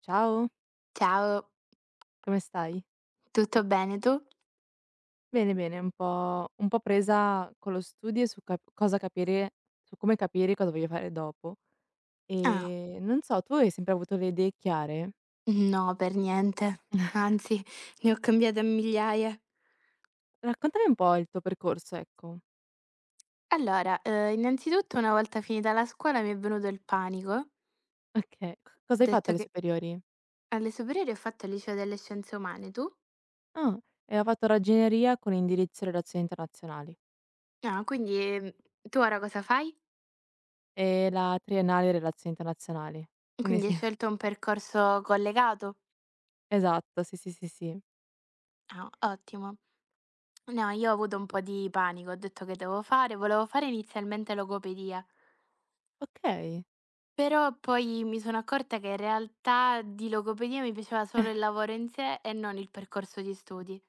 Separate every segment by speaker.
Speaker 1: Ciao,
Speaker 2: Ciao,
Speaker 1: come stai?
Speaker 2: tutto bene tu?
Speaker 1: Bene, bene, un po' presa con lo studio e cosa capire, su come capire cosa voglio fare dopo.
Speaker 2: Ah,
Speaker 1: E non so, tu hai sempre avuto le idee chiare?
Speaker 2: no, per niente. Anzi, ne ho cambiate a migliaia.
Speaker 1: Raccontami un po' il tuo percorso, ecco.
Speaker 2: Allora, innanzitutto una volta finita la scuola mi è venuto il panico, ho
Speaker 1: Ok, cosa hai fatto
Speaker 2: detto
Speaker 1: alle
Speaker 2: che
Speaker 1: superiori?
Speaker 2: alle superiori ho fatto il liceo delle scienze umane, tu?
Speaker 1: Ah, e ho fatto ragioneria con indirizzo relazioni internazionali
Speaker 2: Ah, quindi, tu ora cosa fai?
Speaker 1: e la triennale relazioni internazionali. Quindi
Speaker 2: Quindi hai
Speaker 1: sì,
Speaker 2: scelto un percorso collegato?
Speaker 1: esatto, sì, sì, sì, sì.
Speaker 2: Ah, ottimo. No, io ho avuto un po' di panico, ho detto che devo fare volevo fare inizialmente logopedia.
Speaker 1: Ok,
Speaker 2: Però poi mi sono accorta che in realtà di logopedia mi piaceva solo il lavoro in sé e non il percorso di studi.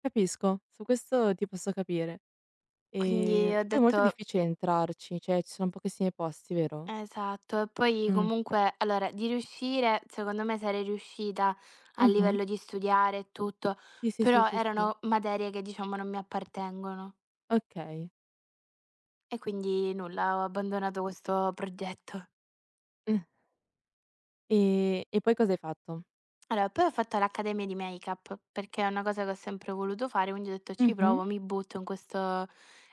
Speaker 1: capisco, su questo ti posso capire.
Speaker 2: Quindi ho
Speaker 1: E poi è molto
Speaker 2: detto
Speaker 1: difficile entrarci, cioè ci sono pochissimi posti, vero?
Speaker 2: esatto, e poi
Speaker 1: Mh.
Speaker 2: comunque allora di riuscire, secondo me sarei riuscita a
Speaker 1: Mh-mh.
Speaker 2: livello di studiare e tutto,
Speaker 1: Sì, sì, sì,
Speaker 2: però
Speaker 1: sì, sì.
Speaker 2: erano materie che diciamo non mi appartengono
Speaker 1: Okay.
Speaker 2: e quindi nulla, ho abbandonato questo progetto.
Speaker 1: E poi cosa hai fatto?
Speaker 2: Allora, poi ho fatto l'accademia di make-up, perché è una cosa che ho sempre voluto fare, quindi ho detto: "Ci
Speaker 1: Mh-mh.
Speaker 2: provo, mi butto in questo"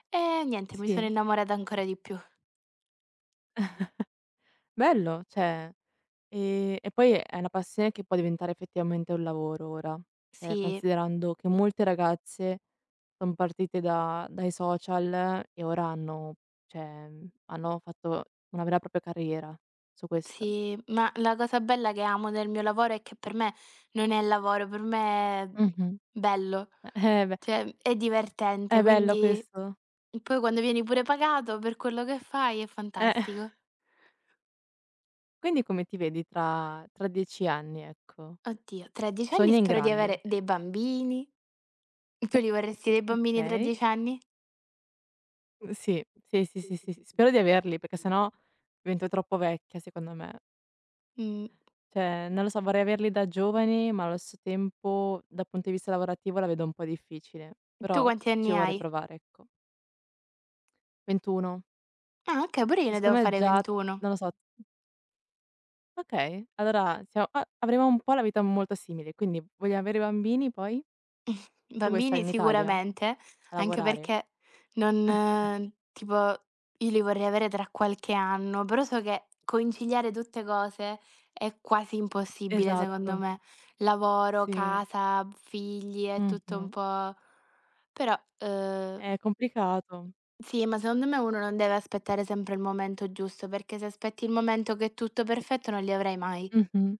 Speaker 2: e niente, mi sono
Speaker 1: Sì.
Speaker 2: innamorata ancora di più.
Speaker 1: Bello, cioè e poi è una passione che può diventare effettivamente un lavoro ora, cioè
Speaker 2: Sì,
Speaker 1: considerando che molte ragazze son partite da dai social e ora hanno cioè, hanno fatto una vera e propria carriera su questo.
Speaker 2: sì, ma la cosa bella che amo del mio lavoro è che per me non è lavoro, per me è
Speaker 1: Mh-mh.
Speaker 2: bello,
Speaker 1: Beh,
Speaker 2: cioè è divertente,
Speaker 1: è bello
Speaker 2: quindi
Speaker 1: questo.
Speaker 2: poi quando vieni pure pagato per quello che fai è
Speaker 1: Eh,
Speaker 2: fantastico.
Speaker 1: quindi come ti vedi tra 10 anni, ecco?
Speaker 2: Oddio, tra 10 anni
Speaker 1: Sogna in
Speaker 2: spero di
Speaker 1: grande.
Speaker 2: avere dei bambini. Tu li vorresti dei bambini tra
Speaker 1: Okay.
Speaker 2: 10 anni?
Speaker 1: Mhmm, sì, sì, sì, sì, sì, sì, spero di averli perché sennò divento troppo vecchia secondo me.
Speaker 2: Mh.
Speaker 1: Cioè, non lo so, vorrei averli da giovane, ma allo stesso tempo dal punto di vista lavorativo la vedo un po' difficile,
Speaker 2: Tu
Speaker 1: però
Speaker 2: quanti
Speaker 1: ci
Speaker 2: anni
Speaker 1: vorrei
Speaker 2: hai?
Speaker 1: provare, ecco. 21.
Speaker 2: Ah, okay, pure io
Speaker 1: Cioè,
Speaker 2: ne devo
Speaker 1: secondo me
Speaker 2: fare
Speaker 1: già
Speaker 2: 21.
Speaker 1: non lo so okay, allora sia a avremo un po' la vita molto simile, quindi vogliamo avere bambini poi? Tu vuoi stare
Speaker 2: Bambini
Speaker 1: in Italia a
Speaker 2: sicuramente, anche
Speaker 1: lavorare?
Speaker 2: perché non tipo io li vorrei avere tra qualche anno, però so che conciliare tutte cose è quasi impossibile secondo
Speaker 1: Esatto.
Speaker 2: me. Lavoro,
Speaker 1: Sì,
Speaker 2: casa, figli, è tutto
Speaker 1: mh-mh.
Speaker 2: un po', però, uhm,
Speaker 1: È complicato.
Speaker 2: sì, ma secondo me uno non deve aspettare sempre il momento giusto, perché se aspetti il momento che è tutto perfetto non li avrai mai.
Speaker 1: Mh-mh.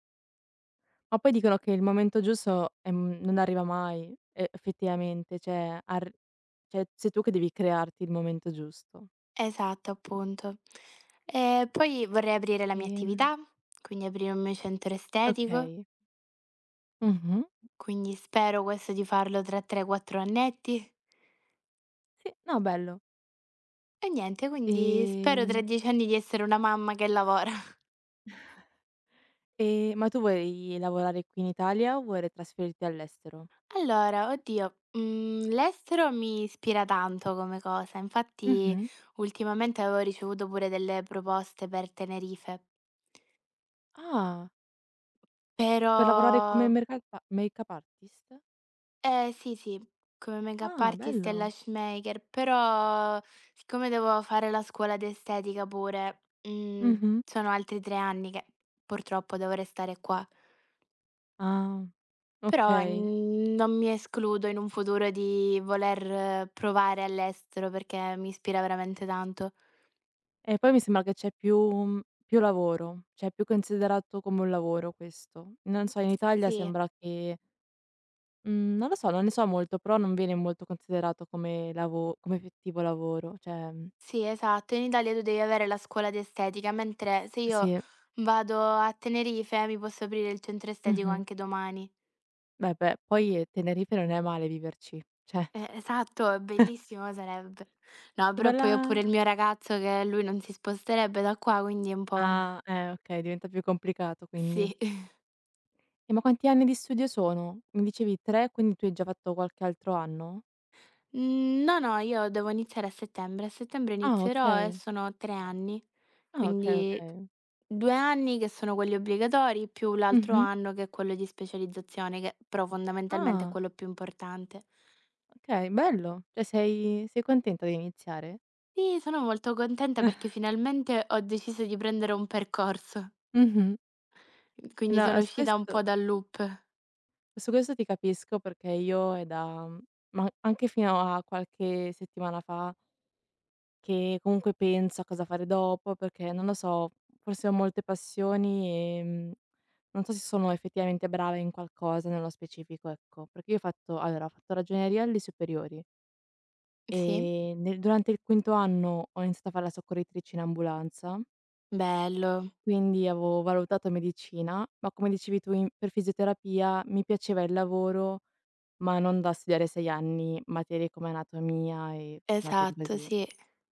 Speaker 1: Ma poi dicono che il momento giusto, non arriva mai, e effettivamente, cioè sei tu che devi crearti il momento giusto.
Speaker 2: Esatto, appunto. E poi vorrei aprire la mia
Speaker 1: Ehm,
Speaker 2: attività, quindi aprire un mio centro estetico,
Speaker 1: okay. Mh-mh.
Speaker 2: quindi spero questo di farlo tra 3, 4 annetti.
Speaker 1: Sì, no bello.
Speaker 2: E niente, quindi spero tra
Speaker 1: Ehm,
Speaker 2: 10 anni di essere una mamma che lavora.
Speaker 1: ma tu vuoi lavorare qui in Italia o vuoi trasferirti all'estero?
Speaker 2: Allora, oddio, l'estero mi ispira tanto come cosa, infatti
Speaker 1: Mh-mh.
Speaker 2: ultimamente avevo ricevuto pure delle proposte per Tenerife,
Speaker 1: Ah,
Speaker 2: però.
Speaker 1: per lavorare come mercalpa makeup artist?
Speaker 2: Eh sì, sì, come makeup
Speaker 1: Ah,
Speaker 2: artist e
Speaker 1: bello.
Speaker 2: lash maker, però siccome devo fare la scuola d'estetica pure,
Speaker 1: Mh-mh.
Speaker 2: sono altri 3 anni che purtroppo devo restare qua.
Speaker 1: Ah,
Speaker 2: Però,
Speaker 1: okay.
Speaker 2: non mi escludo in un futuro di voler provare all'estero perché mi ispira veramente tanto.
Speaker 1: E poi mi sembra che c'è più più lavoro, cioè è più considerato come un lavoro questo. Non so, in Italia
Speaker 2: Sì,
Speaker 1: sembra che mhmm, non lo so, non ne so molto, però non viene molto considerato come lavo come effettivo lavoro, cioè
Speaker 2: sì, esatto. In Italia tu devi avere la scuola d'estetica, mentre se io
Speaker 1: sì,
Speaker 2: vado a Tenerife mi posso aprire il centro estetico
Speaker 1: mh-mh.
Speaker 2: anche domani.
Speaker 1: Beh, beh, poi, Tenerife non è male viverci, cioè
Speaker 2: Esatto, bellissimo sarebbe. No,
Speaker 1: che
Speaker 2: però poi ho pure
Speaker 1: bella
Speaker 2: il mio ragazzo che lui non si sposterebbe da qua, quindi è un po'.
Speaker 1: ah, okay, diventa più complicato quindi.
Speaker 2: Sì.
Speaker 1: E ma quanti anni di studio sono? Mi dicevi 3, quindi tu hai già fatto qualche altro anno?
Speaker 2: Mhmm, no, no, io devo iniziare a settembre. A settembre
Speaker 1: Ah
Speaker 2: inizierò e
Speaker 1: okay,
Speaker 2: sono 3 anni,
Speaker 1: ah okay,
Speaker 2: quindi.
Speaker 1: okay.
Speaker 2: Okay. 2 anni che sono quelli obbligatori, più l'altro
Speaker 1: Mh-mh.
Speaker 2: anno che è quello di specializzazione, che però fondamentalmente è
Speaker 1: Ah.
Speaker 2: quello più importante.
Speaker 1: Okay, bello. Cioè sei contenta di iniziare?
Speaker 2: Sì, sono molto contenta perché finalmente ho deciso di prendere un percorso,
Speaker 1: Mh-mh.
Speaker 2: quindi
Speaker 1: No,
Speaker 2: sono uscita un po' dal loop.
Speaker 1: su questo ti capisco perché io è da ma anche fino a qualche settimana fa che comunque penso a cosa fare dopo perché, non lo so, forse ho molte passioni, non so se sono effettivamente brava in qualcosa nello specifico, ecco. Perché io ho fatto allora, ho fatto ragioneria alle superiori
Speaker 2: Sì.
Speaker 1: e nel durante il 5º anno ho iniziato a fare la soccorritrice in ambulanza.
Speaker 2: Bello,
Speaker 1: Quindi avevo valutato medicina, ma come dicevi tu in per fisioterapia mi piaceva il lavoro, ma non da studiare 6 anni materie come anatomia e queste materie
Speaker 2: esatto,
Speaker 1: così.
Speaker 2: sì.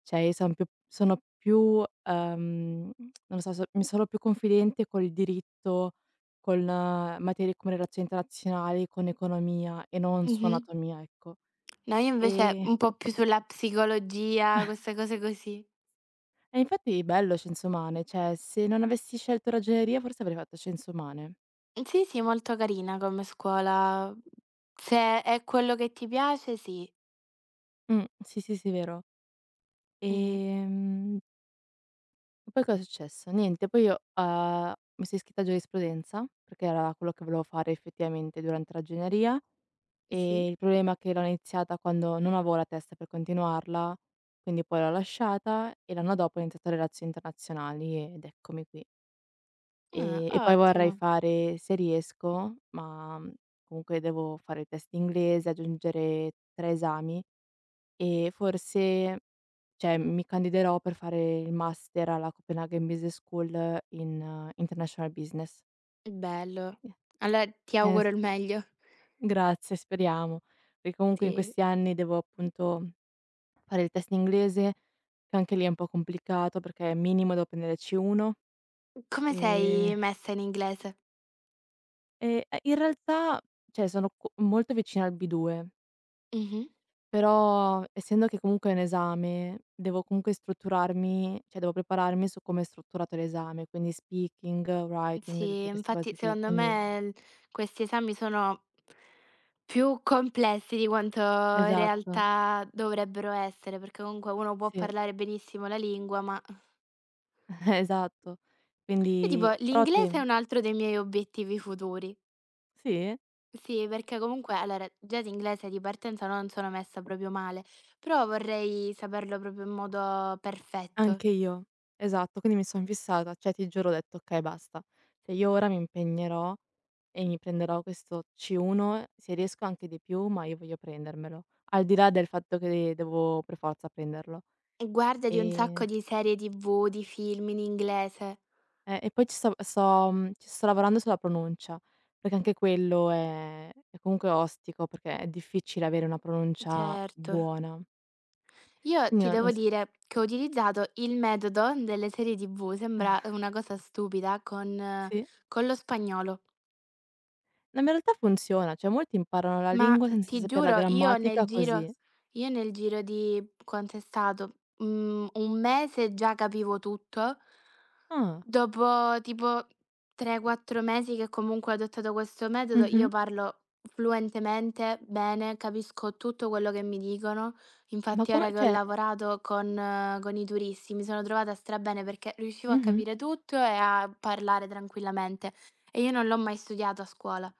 Speaker 1: Cioè io sono più, non lo so, mi sono più confidente col diritto, con materie come relazioni internazionali, con economia e non su
Speaker 2: Mh-mh.
Speaker 1: anatomia, ecco.
Speaker 2: No, io invece
Speaker 1: E
Speaker 2: un po' più sulla psicologia, queste cose così.
Speaker 1: e infatti è bello scienze umane, cioè se non avessi scelto ragioneria forse avrei fatto scienze umane.
Speaker 2: Sì, sì, molto carina come scuola. Se è quello che ti piace, sì.
Speaker 1: Sì, sì, sì, vero.
Speaker 2: Mh-mh.
Speaker 1: Ehm, poi cosa è successo? Niente, poi io, mi sono iscritta a giurisprudenza, perché era quello che volevo fare effettivamente durante l'agioneria,
Speaker 2: Sì.
Speaker 1: il problema è che l'ho iniziata quando non avevo la testa per continuarla, quindi poi l'ho lasciata e l'anno dopo ho iniziato relazioni internazionali ed eccomi qui.
Speaker 2: Ah,
Speaker 1: E poi
Speaker 2: ottimo,
Speaker 1: vorrei fare se riesco, ma, comunque devo fare il test inglese, aggiungere 3 esami e forse cioè, mi candiderò per fare il master alla Copenaghen Business School in International Business.
Speaker 2: bello.
Speaker 1: Ie
Speaker 2: Allora ti
Speaker 1: s
Speaker 2: auguro il meglio.
Speaker 1: Grazie, speriamo. Perché comunque in
Speaker 2: Sì.
Speaker 1: questi anni devo appunto fare il test in inglese, che anche lì è un po' complicato perché minimo devo prendere C1,
Speaker 2: Come sei
Speaker 1: ehm,
Speaker 2: messa in inglese?
Speaker 1: in realtà, cioè sono co molto vicina al B2.
Speaker 2: Mh-mh.
Speaker 1: Però essendo che comunque è un esame, devo comunque strutturarmi, cioè devo prepararmi su come è strutturato l'esame, quindi speaking, writing,
Speaker 2: Sì,
Speaker 1: tutte queste
Speaker 2: infatti
Speaker 1: cose qui.
Speaker 2: secondo
Speaker 1: Quindi
Speaker 2: me l questi esami sono più complessi di quanto in
Speaker 1: esatto,
Speaker 2: realtà dovrebbero essere, perché comunque uno può
Speaker 1: sì,
Speaker 2: parlare benissimo la lingua, ma
Speaker 1: esatto.
Speaker 2: io
Speaker 1: Quindi
Speaker 2: tipo
Speaker 1: però
Speaker 2: l'inglese è
Speaker 1: tem
Speaker 2: un altro dei miei obiettivi futuri.
Speaker 1: Sì?
Speaker 2: Sì, perché comunque allora già l'inglese di partenza non sono messa proprio male, però vorrei saperlo proprio in modo perfetto.
Speaker 1: Anche io. Esatto, quindi mi son fissata, cioè ti giuro ho detto: "Okay, basta. Cioè io ora mi impegnerò e mi prenderò questo C1, se riesco anche di più, ma io voglio prendermelo." Al di là del fatto che devo per forza prenderlo.
Speaker 2: E guardati un
Speaker 1: E
Speaker 2: sacco di serie TV, di film in inglese.
Speaker 1: E poi ci sto ci sto lavorando sulla pronuncia, perché anche quello è comunque ostico, perché è difficile avere una pronuncia
Speaker 2: Certo.
Speaker 1: buona.
Speaker 2: Io
Speaker 1: Quindi
Speaker 2: ti
Speaker 1: non
Speaker 2: devo
Speaker 1: lo s
Speaker 2: dire che ho utilizzato il metodo delle serie TV, sembra una cosa stupida, con eh,
Speaker 1: Sì.
Speaker 2: con lo spagnolo.
Speaker 1: No, ma in realtà funziona, cioè molti imparano la
Speaker 2: Ma
Speaker 1: lingua senza
Speaker 2: ti
Speaker 1: saper la
Speaker 2: giuro, io nel
Speaker 1: grammatica
Speaker 2: giro
Speaker 1: così.
Speaker 2: io nel giro di quant'è stato? Mhmm, un mese già capivo tutto.
Speaker 1: Ah.
Speaker 2: Dopo tipo 3, 4 mesi che comunque ho adottato questo metodo, io
Speaker 1: Mh-mh.
Speaker 2: parlo fluentemente, bene, capisco tutto quello che mi dicono.
Speaker 1: Ma
Speaker 2: Infatti
Speaker 1: come
Speaker 2: ora che ho
Speaker 1: cioè
Speaker 2: lavorato con i turisti mi sono trovata strabene perché riuscivo a
Speaker 1: Mh-mh.
Speaker 2: capire tutto e a parlare tranquillamente. E io non l'ho mai studiato a scuola.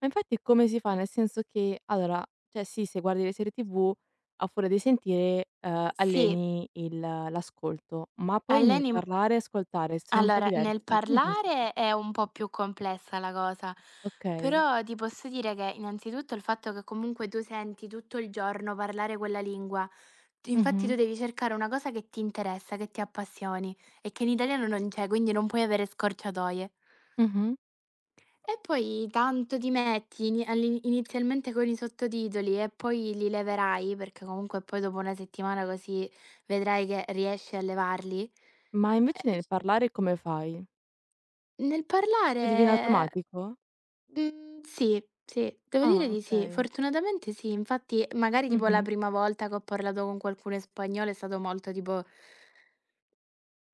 Speaker 1: Ma infatti come si fa? Nel senso che allora, cioè sì, se guardi le serie TV a furia di sentire,
Speaker 2: Sì,
Speaker 1: alleni il l'ascolto, ma poi nel
Speaker 2: alleni
Speaker 1: parlare e ascoltare sono un po'
Speaker 2: allora, nel
Speaker 1: diversi, quindi come si fa?
Speaker 2: parlare è un po' più complessa la cosa,
Speaker 1: Okay.
Speaker 2: però ti posso dire che innanzitutto il fatto che comunque tu senti tutto il giorno parlare quella lingua, infatti tu
Speaker 1: Mh-mh,
Speaker 2: devi cercare una cosa che ti interessa, che ti appassioni e che in italiano non c'è, quindi non puoi avere scorciatoie.
Speaker 1: mh-mh.
Speaker 2: E poi tanto ti metti inizialmente con i sottotitoli e poi li leverai, perché comunque poi dopo una settimana così vedrai che riesci a levarli.
Speaker 1: Ma
Speaker 2: Eh,
Speaker 1: invece nel parlare come fai?
Speaker 2: Nel
Speaker 1: Cioè ti viene
Speaker 2: parlare,
Speaker 1: automatico?
Speaker 2: mhmm, sì, sì, devo dire
Speaker 1: Ah,
Speaker 2: di sì.
Speaker 1: okay.
Speaker 2: Fortunatamente sì. Infatti, magari tipo la
Speaker 1: Mh-mh.
Speaker 2: prima volta che ho parlato con qualcuno in spagnolo è stato molto tipo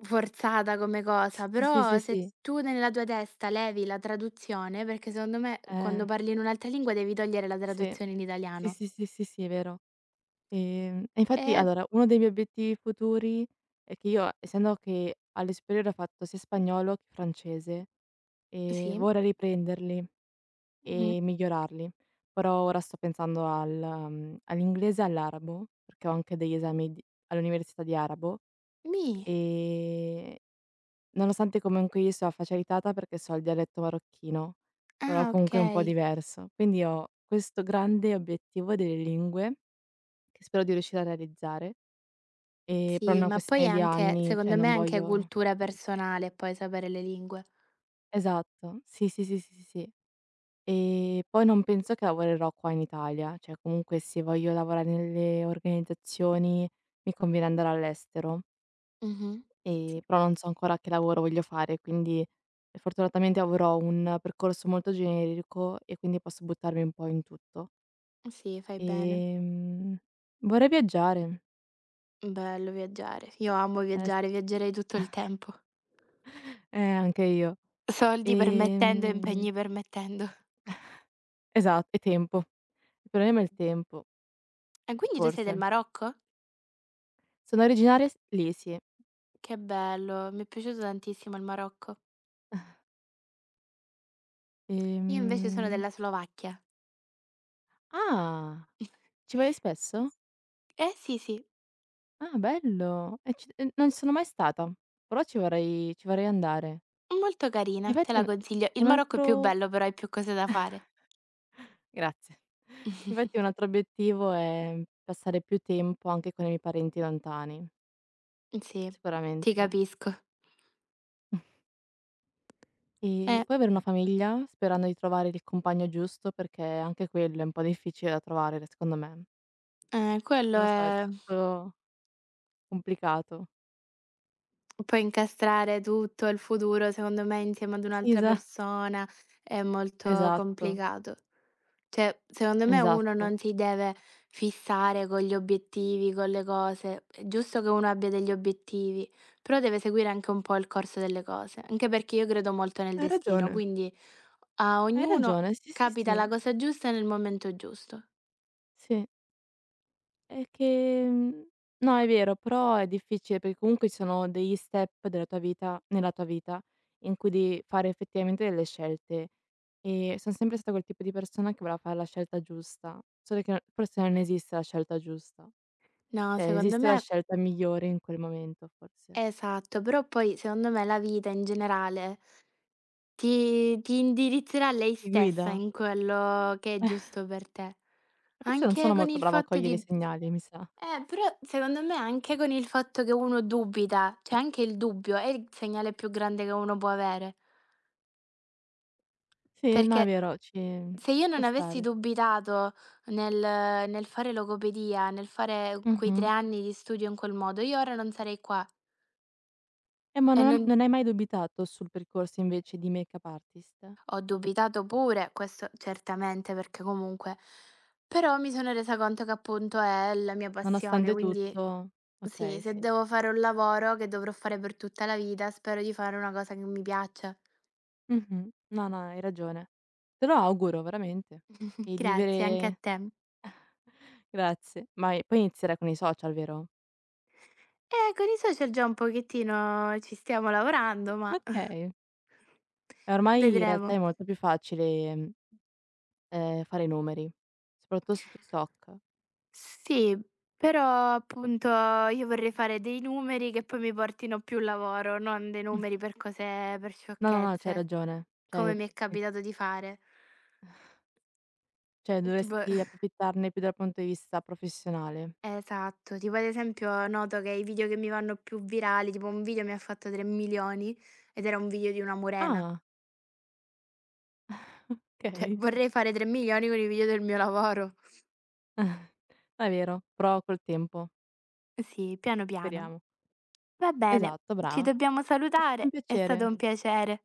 Speaker 2: forzata come cosa,
Speaker 1: Sì, sì,
Speaker 2: però
Speaker 1: sì,
Speaker 2: se
Speaker 1: sì.
Speaker 2: tu nella tua testa levi la traduzione perché secondo me quando
Speaker 1: Eh,
Speaker 2: parli in un'altra lingua devi togliere la
Speaker 1: sì.
Speaker 2: traduzione in
Speaker 1: Sì,
Speaker 2: italiano.
Speaker 1: sì, sì, sì, sì, è vero. E infatti
Speaker 2: Ehm,
Speaker 1: allora uno dei miei obiettivi futuri è che io essendo che alle superiori ho fatto sia spagnolo che francese,
Speaker 2: sì,
Speaker 1: vorrei riprenderli
Speaker 2: mh-mh.
Speaker 1: e migliorarli, però ora sto pensando al all'inglese e all'arabo, perché ho anche degli esami di all'università di arabo.
Speaker 2: Mi
Speaker 1: Ehm, nonostante comunque io sia facilitata perché so il dialetto marocchino, però
Speaker 2: ah,
Speaker 1: comunque è un po'
Speaker 2: okay.
Speaker 1: diverso. Quindi ho questo grande obiettivo delle lingue, che spero di riuscire a realizzare, per
Speaker 2: Sì,
Speaker 1: una
Speaker 2: ma poi è
Speaker 1: questione di
Speaker 2: anche
Speaker 1: anni,
Speaker 2: secondo
Speaker 1: cioè
Speaker 2: me
Speaker 1: non
Speaker 2: è anche
Speaker 1: voglio
Speaker 2: cultura personale poi sapere le lingue.
Speaker 1: esatto, sì, sì, sì, sì, sì, sì. Poi non penso che lavorerò qua in Italia, cioè comunque se voglio lavorare nelle organizzazioni mi conviene andare all'estero.
Speaker 2: Mh-mh. Sì.
Speaker 1: Però non so ancora che lavoro voglio fare, quindi, fortunatamente avrò un percorso molto generico e quindi posso buttarmi un po' in tutto.
Speaker 2: Sì, fai bene.
Speaker 1: Ehm, Vorrei viaggiare.
Speaker 2: Bello viaggiare. Io amo
Speaker 1: Eh sì.
Speaker 2: viaggiare, viaggerei tutto il tempo.
Speaker 1: Anche io.
Speaker 2: Soldi permettendo e
Speaker 1: Ehm
Speaker 2: impegni permettendo.
Speaker 1: esat E tempo. Il problema è il tempo,
Speaker 2: E quindi tu sei del
Speaker 1: forse.
Speaker 2: Marocco?
Speaker 1: Sono originaria s Lì, sì.
Speaker 2: Che bello, mi è piaciuto tantissimo il Marocco. Io invece sono
Speaker 1: Ehm
Speaker 2: della Slovacchia.
Speaker 1: ah, ci vai spesso?
Speaker 2: Eh sì, sì,
Speaker 1: Ah, bello. E ci e Non ci sono mai stata, però ci vorrei andare.
Speaker 2: molto carina, te
Speaker 1: Infatti
Speaker 2: la consiglio. Il
Speaker 1: un
Speaker 2: Marocco è più
Speaker 1: altro
Speaker 2: bello, però hai più cose da fare.
Speaker 1: Grazie. Infatti un altro obiettivo è passare più tempo anche con i miei parenti lontani,
Speaker 2: Sì, ti
Speaker 1: sicuramente.
Speaker 2: capisco.
Speaker 1: E
Speaker 2: Eh,
Speaker 1: poi avere una famiglia, sperando di trovare il compagno giusto, perché anche quello è un po' difficile da trovare re secondo me.
Speaker 2: quello
Speaker 1: Non lo so, è
Speaker 2: è.
Speaker 1: tutto complicato.
Speaker 2: Poi incastrare tutto il futuro, secondo me, insieme ad
Speaker 1: Sì,
Speaker 2: un'altra
Speaker 1: esa
Speaker 2: persona è molto
Speaker 1: esatto,
Speaker 2: complicato. Cioè, secondo me uno
Speaker 1: esatto.
Speaker 2: non si deve fissare con gli obiettivi, con le cose. È giusto che uno abbia degli obiettivi, però deve seguire anche un po' il corso delle cose, anche perché io credo molto nel
Speaker 1: Hai
Speaker 2: destino,
Speaker 1: ragione,
Speaker 2: quindi a
Speaker 1: hai
Speaker 2: ognuno
Speaker 1: ragione, sì, sì,
Speaker 2: capita
Speaker 1: sì,
Speaker 2: la cosa giusta nel momento giusto.
Speaker 1: sì. È che mhmm, no è vero, però è difficile perché comunque ci sono degli step della tua vita nella tua vita in cui devi fare effettivamente delle scelte. E son sempre stata quel tipo di persona che voleva fare la scelta giusta, solo che no forse non esiste la scelta giusta.
Speaker 2: No,
Speaker 1: Cioè
Speaker 2: secondo
Speaker 1: esiste
Speaker 2: me
Speaker 1: la scelta migliore in quel momento forse.
Speaker 2: esatto, però poi secondo me la vita in generale ti indirizzerà lei
Speaker 1: Ti guida?
Speaker 2: stessa in quello che è giusto per te.
Speaker 1: Forse non
Speaker 2: Anche
Speaker 1: sono
Speaker 2: con
Speaker 1: molto
Speaker 2: il
Speaker 1: brava a
Speaker 2: fatto
Speaker 1: cogliere i
Speaker 2: di
Speaker 1: segnali, mi sa.
Speaker 2: però secondo me anche con il fatto che uno dubita, cioè anche il dubbio è il segnale più grande che uno può avere,
Speaker 1: Sì, no è
Speaker 2: perché
Speaker 1: vero,
Speaker 2: se io
Speaker 1: ci può
Speaker 2: non avessi
Speaker 1: stare.
Speaker 2: dubitato nel fare logopedia, nel fare quei 3
Speaker 1: Mh-mh.
Speaker 2: anni di studio in quel modo, io ora non sarei qua.
Speaker 1: Ma
Speaker 2: Non
Speaker 1: non hai mai dubitato sul percorso invece di makeup artist?
Speaker 2: ho dubitato pure, questo certamente, perché comunque però mi sono resa conto che appunto è la mia passione,
Speaker 1: Nonostante
Speaker 2: quindi
Speaker 1: tutto
Speaker 2: sì,
Speaker 1: okay,
Speaker 2: se
Speaker 1: sì.
Speaker 2: devo fare un lavoro che dovrò fare per tutta la vita, spero di fare una cosa che mi piaccia.
Speaker 1: Mh-mh. No, no, hai ragione. Te lo auguro veramente e di
Speaker 2: Grazie, anche a
Speaker 1: avere
Speaker 2: te.
Speaker 1: grazie. Ma e poi inizierai con i social, vero?
Speaker 2: Con i social già un pochettino ci stiamo lavorando, ma
Speaker 1: Okay. E ormai in realtà
Speaker 2: vedremo.
Speaker 1: è molto più facile, fare i numeri, soprattutto su TikTok.
Speaker 2: Sì, però appunto io vorrei fare dei numeri che poi mi portino più lavoro, non dei numeri per cose, per
Speaker 1: No, no, no, c'hai
Speaker 2: sciocchezze.
Speaker 1: ragione.
Speaker 2: Come
Speaker 1: Cioè
Speaker 2: mi è capitato di fare.
Speaker 1: cioè
Speaker 2: Tipo
Speaker 1: dovresti approfittarne più dal punto di vista professionale.
Speaker 2: esatto, tipo ad esempio noto che i video che mi vanno più virali, tipo un video mi ha fatto 3.000.000 ed era un video di una morena.
Speaker 1: Ah,
Speaker 2: Cioè
Speaker 1: okay.
Speaker 2: vorrei fare 3.000.000 con i video del mio lavoro.
Speaker 1: È vero, però col tempo,
Speaker 2: Sì, piano piano.
Speaker 1: speriamo.
Speaker 2: Va bene,
Speaker 1: Esatto,
Speaker 2: ci
Speaker 1: brava.
Speaker 2: dobbiamo
Speaker 1: È stato un
Speaker 2: salutare, è stato
Speaker 1: piacere.
Speaker 2: un piacere.